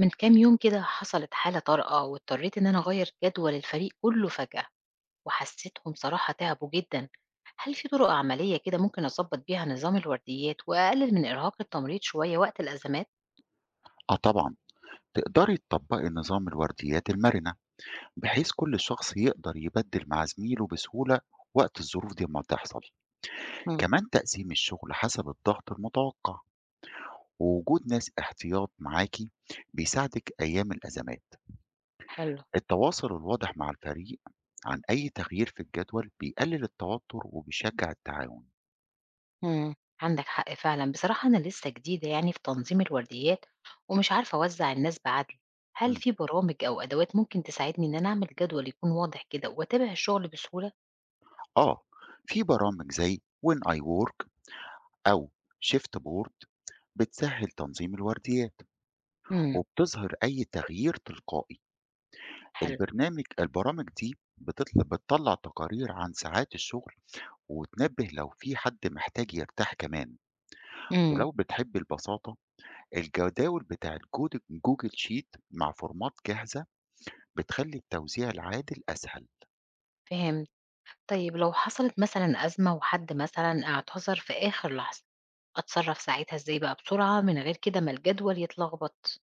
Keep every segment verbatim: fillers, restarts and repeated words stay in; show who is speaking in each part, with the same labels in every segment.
Speaker 1: من كام يوم كده حصلت حالة طارئة واضطريت إن أنا أغير جدول الفريق كله فجأة. وحسيتهم صراحة تعبوا جدا. هل في طرق عملية كده ممكن أظبط بيها نظام الورديات وأقلل من إرهاق التمريض شوية وقت الأزمات؟
Speaker 2: آه طبعًا، تقدري تطبّقي نظام الورديات المرنة، بحيث كل شخص يقدر يبدِّل مع زميله بسهولة وقت الظروف دي أمّا تحصل.
Speaker 1: مم.
Speaker 2: كمان تقسيم الشغل حسب الضغط المتوقّع، ووجود ناس احتياط معاكِ بيساعدِك أيام الأزمات.
Speaker 1: حلو.
Speaker 2: التواصل الواضح مع الفريق عن أي تغيير في الجدول بيقلل التوتر وبيشجّع التعاون.
Speaker 1: مم. عندك حق فعلا، بصراحة أنا لسه جديدة يعني في تنظيم الورديات ومش عارفة أوزع الناس بعدل. هل
Speaker 2: إمم،
Speaker 1: في برامج أو أدوات ممكن تساعدني إن أنا أعمل جدول يكون واضح كده وأتابع الشغل بسهولة؟
Speaker 2: آه، في برامج زي when I work أو shift board بتسهّل تنظيم الورديات.
Speaker 1: مم.
Speaker 2: وبتظهر أي تغيير تلقائي.
Speaker 1: حلو.
Speaker 2: البرنامج البرامج دي بتطل- بتطلع تقارير عن ساعات الشغل وتنبه لو في حد محتاج يرتاح كمان.
Speaker 1: مم.
Speaker 2: ولو بتحب البساطة، الجداول بتاع الجود- جوجل شيت مع فورمات جاهزة بتخلي التوزيع العادل أسهل.
Speaker 1: فهمت. طيب لو حصلت مثلًا أزمة وحد مثلًا اعتذر في آخر لحظة، أتصرّف ساعتها إزاي بقى بسرعة من غير كده ما الجدول يتلخبط؟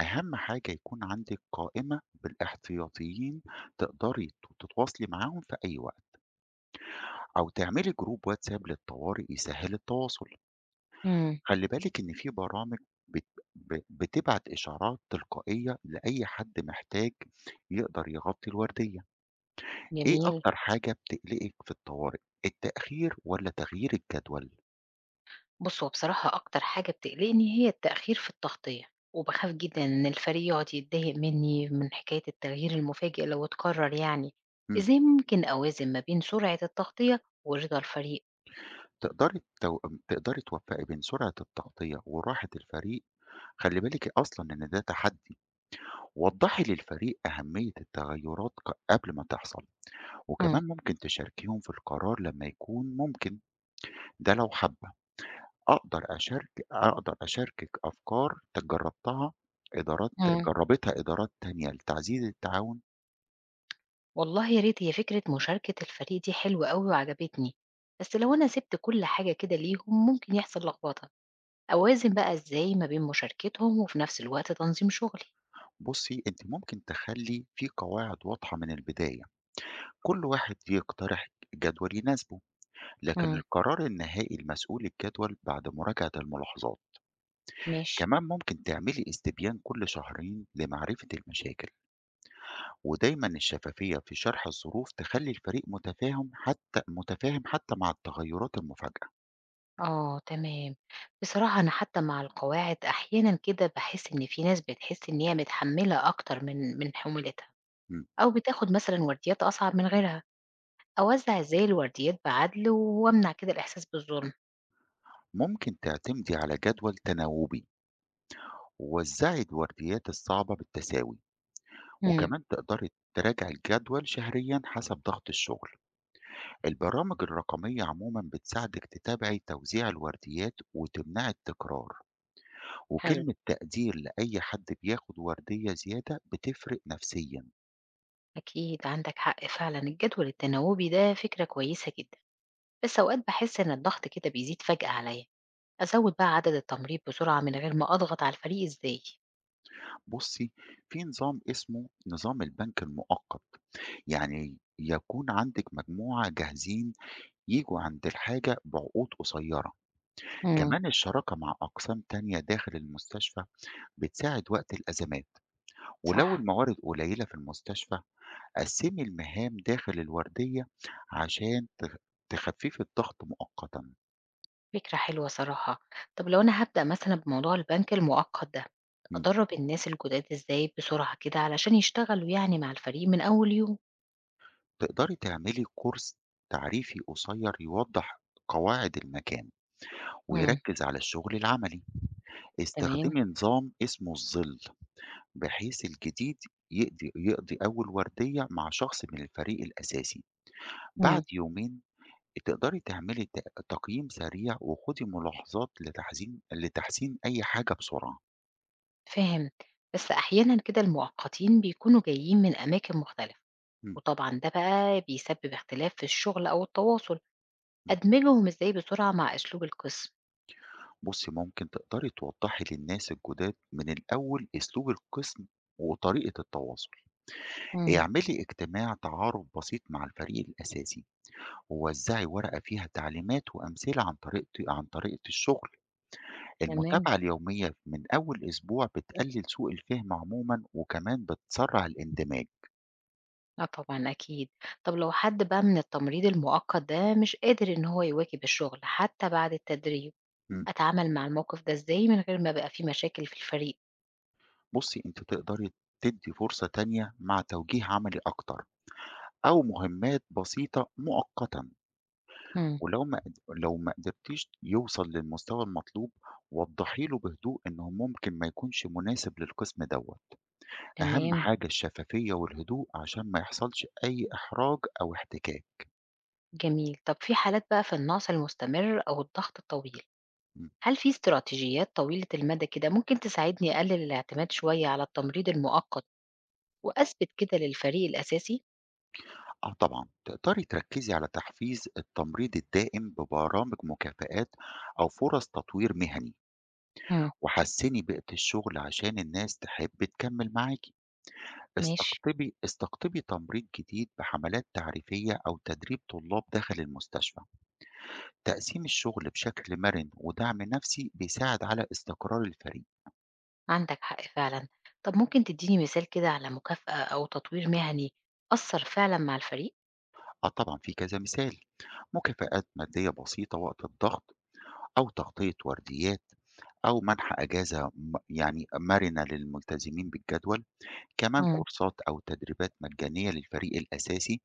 Speaker 2: أهم حاجة يكون عندك قائمة بالاحتياطيين، تقدري تتواصلي معاهم في أي وقت، أو تعملي جروب واتساب للطوارئ يسهل التواصل.
Speaker 1: إمم.
Speaker 2: خلّي بالِك إن في برامج بت ب بتبعت إشعارات تلقائية لأي حد محتاج يقدر يغطي الوردية. إيه
Speaker 1: جميل.
Speaker 2: أكتر حاجة بتقلقِك في الطوارئ، التأخير والّا تغيير الجدول؟
Speaker 1: بُص، هو بصراحة أكتر حاجة بتقلقني هي التأخير في التغطية، وباخاف جدًا إن الفريق يقعد يتضايق مني من حكاية التغيير المفاجئ لو اتكرر يعني.
Speaker 2: إمم،
Speaker 1: إزاي ممكن أوازن ما بين سرعة التغطية ورضا الفريق؟
Speaker 2: تقدري تو تقدري توفّقي بين سرعة التغطية وراحة الفريق. خلّي بالِك أصلًا إن ده تحدي، وضّحي للفريق أهمية التغيرات ق قبل ما تحصل،
Speaker 1: إمم.
Speaker 2: وكمان ممكن تشاركيهم في القرار لمّا يكون ممكن، ده لو حابة. أقدر أشارك أقدر أشاركِك أفكار ت جرّبتها إدارات
Speaker 1: إمم.
Speaker 2: جرّبتها إدارات تانية لتعزيز التعاون.
Speaker 1: والله يا ريت، هي فكرة مشاركة الفريق دي حلوة أوي وعجبتني. بس لو أنا سبت كل حاجة كده ليهم ممكن يحصل لخبطة. أوازن بقى إزاي ما بين مشاركتهم وفي نفس الوقت تنظيم شغلي؟
Speaker 2: بُصّي، أنتِ ممكن تخلّي في قواعد واضحة من البداية، كل واحد يقترح جدول يناسبه، لكن
Speaker 1: امم.
Speaker 2: القرار النهائي لمسؤول الجدول بعد مراجعة الملاحظات.
Speaker 1: ماشي.
Speaker 2: كمان ممكن تعملي استبيان كل شهرين لمعرفة المشاكل، ودايمًا الشفافية في شرح الظروف تخلّي الفريق متفاهم حتى متفاهم حتى مع التغيرات المفاجئة.
Speaker 1: آه تمام. بصراحة أنا حتى مع القواعد أحيانا كده بحس إن في ناس بتحس إن هي متحملة أكتر من من حمولتها.
Speaker 2: إمم.
Speaker 1: أو بتاخد مثلا ورديات أصعب من غيرها. أوزع إزاي الورديات بعدل وأمنع كده الإحساس بالظلم؟
Speaker 2: ممكن تعتمدي على جدول تناوبي ووزعي الورديات الصعبة بالتساوي.
Speaker 1: امم.
Speaker 2: وكمان تقدري تراجعي الجدول شهريا حسب ضغط الشغل. البرامج الرقمية عموما بتساعدك تتابعي توزيع الورديات وتمنعي التكرار.
Speaker 1: حلو.
Speaker 2: وكلمة تقدير لأي حد بياخد وردية زيادة بتفرق نفسيا.
Speaker 1: أكيد عندك حق فعلا، الجدول التناوبي ده فكرة كويسة جدا. بس أوقات بحس إن الضغط كده بيزيد فجأة عليا. أزود بقى عدد التمريض بسرعة من غير ما أضغط على الفريق إزاي؟
Speaker 2: بصي، في نظام اسمه نظام البنك المؤقت، يعني يكون عندك مجموعة جاهزين يجوا عند الحاجة بعقود قصيرة.
Speaker 1: امم.
Speaker 2: كمان الشراكة مع أقسام تانية داخل المستشفى بتساعد وقت الأزمات. ولو
Speaker 1: صح.
Speaker 2: الموارد قليلة في المستشفى، قسمي المهام داخل الوردية عشان تخ- تخففي الضغط مؤقتا.
Speaker 1: فكرة حلوة صراحة. طب لو أنا هبدأ مثلا بموضوع البنك المؤقت ده،
Speaker 2: مم.
Speaker 1: أدرب الناس الجداد إزاي بسرعة كده علشان يشتغلوا يعني مع الفريق من أول يوم؟
Speaker 2: تقدري تعملي كورس تعريفي قصير يوضح قواعد المكان
Speaker 1: امم.
Speaker 2: ويركز على الشغل العملي.
Speaker 1: تمام.
Speaker 2: استخدمي نظام اسمه الظل، بحيث الجديد يقضي, يقضي أول وردية مع شخص من الفريق الأساسي. بعد
Speaker 1: امم.
Speaker 2: يومين تقدري تعملي ت تقييم سريع وخُدي ملاحظات لتحزين لتحسين أي حاجة بسرعة.
Speaker 1: فاهم. بس أحيانا كده المؤقتين بيكونوا جايين من أماكن مختلفة.
Speaker 2: إمم،
Speaker 1: وطبعًا ده بقى بيسبب اختلاف في الشغل أو التواصل.
Speaker 2: إمم.
Speaker 1: أدمجهم إزاي بسرعة مع أسلوب القسم؟
Speaker 2: بُصّي، ممكن تقدري توضّحي للناس الجُداد من الأول أسلوب القسم وطريقة التواصل.
Speaker 1: امم.
Speaker 2: اعملي اجتماع تعارُف بسيط مع الفريق الأساسي ووزّعي ورقة فيها تعليمات وأمثلة عن طريقة عن طريقة الشُغل.
Speaker 1: تمام.
Speaker 2: المتابعة اليومية من أول أسبوع بتقلِّل سوء الفهم عمومًا وكمان بتسرّع الاندماج.
Speaker 1: آه طبعًا أكيد. طب لو حد بقى من التمريض المؤقت ده مش قادر إن هو يواكب الشغل حتى بعد التدريب،
Speaker 2: إمم.
Speaker 1: أتعامل مع الموقف ده إزاي من غير ما يبقى في مشاكل في الفريق؟
Speaker 2: بُصّي، أنتِ تقدري تدّي فرصة تانية مع توجيه عملي أكتر أو مهمات بسيطة مؤقتًا.
Speaker 1: امم.
Speaker 2: ولو ما قد لو ما قدرتيش يوصل للمستوى المطلوب، وضّحي له بهدوء إنه ممكن ما يكونش مناسب للقسم دوّة. أهم
Speaker 1: تمام.
Speaker 2: حاجة الشفافية والهدوء عشان ما يحصلش أي إحراج أو احتكاك.
Speaker 1: جميل. طب في حالات بقى في النقص المستمر أو الضغط الطويل،
Speaker 2: إمم،
Speaker 1: هل في استراتيجيات طويلة المدى كده ممكن تساعدني أقلل الاعتماد شوية على التمريض المؤقت وأثبت كده للفريق الأساسي؟
Speaker 2: آه طبعًا، تقدري تركّزي على تحفيز التمريض الدائم ببرامج مكافآت أو فرص تطوير مهني.
Speaker 1: إمم.
Speaker 2: وحسّني بيئة الشغل عشان الناس تحب تكمّل معاكِ.
Speaker 1: ماشي.
Speaker 2: استقطبي استقطبي تمريض جديد بحملات تعريفية أو تدريب طلاب داخل المستشفى. تقسيم الشغل بشكل مَرِن ودعم نَفْسي بيساعد على استقرار الفريق.
Speaker 1: عندك حق فعلًا. طب ممكن تدّيني مثال كده على مكافأة أو تطوير مهني أثّر فعلًا مع الفريق؟
Speaker 2: آه طبعًا، في كذا مثال. مكافآت مادية بسيطة وقت الضغط أو تغطية ورديات أو منح أجازة م يعني مَرِنة للملتزمين بالجدول. كمان
Speaker 1: إمم.
Speaker 2: كورسات أو تدريبات مجانية للفريق الأساسي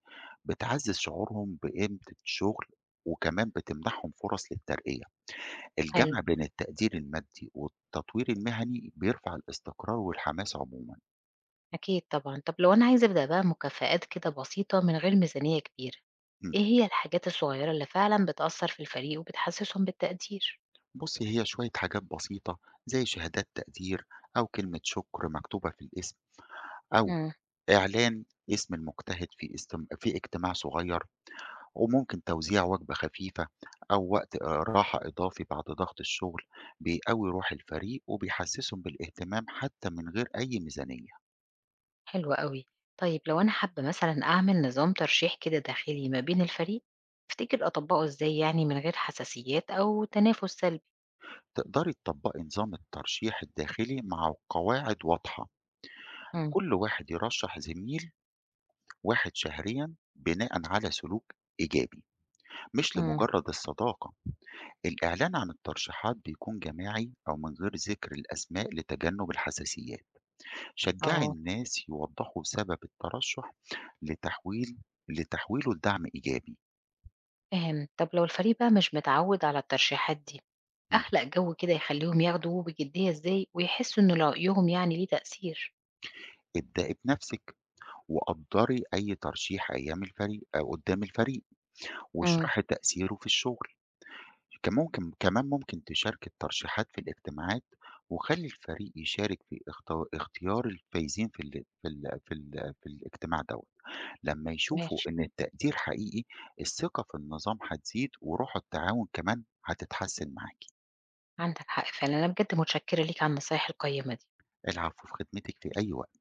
Speaker 2: بتعزز شعورهم بقيمة الشغل وكمان بتمنحهم فرص للترقية.
Speaker 1: حلو.
Speaker 2: الجمع بين التقدير المادي والتطوير المهني بيرفع الاستقرار والحماس عموما.
Speaker 1: أكيد طبعًا. طب لو أنا عايزة أبدأ بقى مكافآت كده بسيطة من غير ميزانية كبيرة،
Speaker 2: مم.
Speaker 1: إيه هي الحاجات الصغيرة اللي فعلًا بتأثّر في الفريق وبتحسّسهم بالتقدير؟
Speaker 2: بصي، هي شوية حاجات بسيطة زي شهادات تقدير أو كلمة شكر مكتوبة في الاسم، أو
Speaker 1: إمم.
Speaker 2: إعلان اسم المجتهد في استم... في اجتماع صغير. وممكن توزيع وجبة خفيفة أو وقت آه، راحة إضافي بعد ضغط الشغل. بيقوي روح الفريق وبيحسسهم بالاهتمام حتى من غير أي ميزانية.
Speaker 1: حلو أوي. طيب لو أنا حابة مثلًا أعمل نظام ترشيح كده داخلي ما بين الفريق، تفتكر أطبّقه إزاي يعني من غير حساسيات أو تنافس سلبي؟
Speaker 2: تقدري تطبقي نظام الترشيح الداخلي مع قواعد واضحة،
Speaker 1: إمم.
Speaker 2: كل واحد يرشح زميل واحد شهريا بناء على سلوك إيجابي، مش
Speaker 1: إمم.
Speaker 2: لمجرد الصداقة. الإعلان عن الترشيحات بيكون جماعي أو من غير ذكر الأسماء لتجنب الحساسيات. شجعي
Speaker 1: آه.
Speaker 2: الناس يوضحوا سبب الترشح لتحويل لتحويله لدعم إيجابي.
Speaker 1: فاهم. طب لو الفريق بقى مش متعود على الترشيحات دي،
Speaker 2: مم.
Speaker 1: أخلق جو كده يخليهم ياخدوه بجدية إزاي ويحسوا إن رأيهم يعني ليه تأثير؟
Speaker 2: ابدأي بنفسك وقدري أي ترشيح أيام الفريق أو قدام الفريق
Speaker 1: امم.
Speaker 2: واشرحي تأثيره في الشغل. كان ممكن كمان ممكن تشاركي الترشيحات في الاجتماعات، وخلي الفريق يشارك في اخت- اختيار الفايزين في ال في ال في, ال في الاجتماع دوت. لما يشوفوا
Speaker 1: ماشي، ماشي.
Speaker 2: إن التقدير حقيقي، الثقة في النظام هتزيد وروح التعاون كمان هتتحسن معاكي.
Speaker 1: عندك حق فعلا، أنا بجد متشكرة ليك على النصايح القيمة دي.
Speaker 2: العفو، في خدمتِك في أي وقت.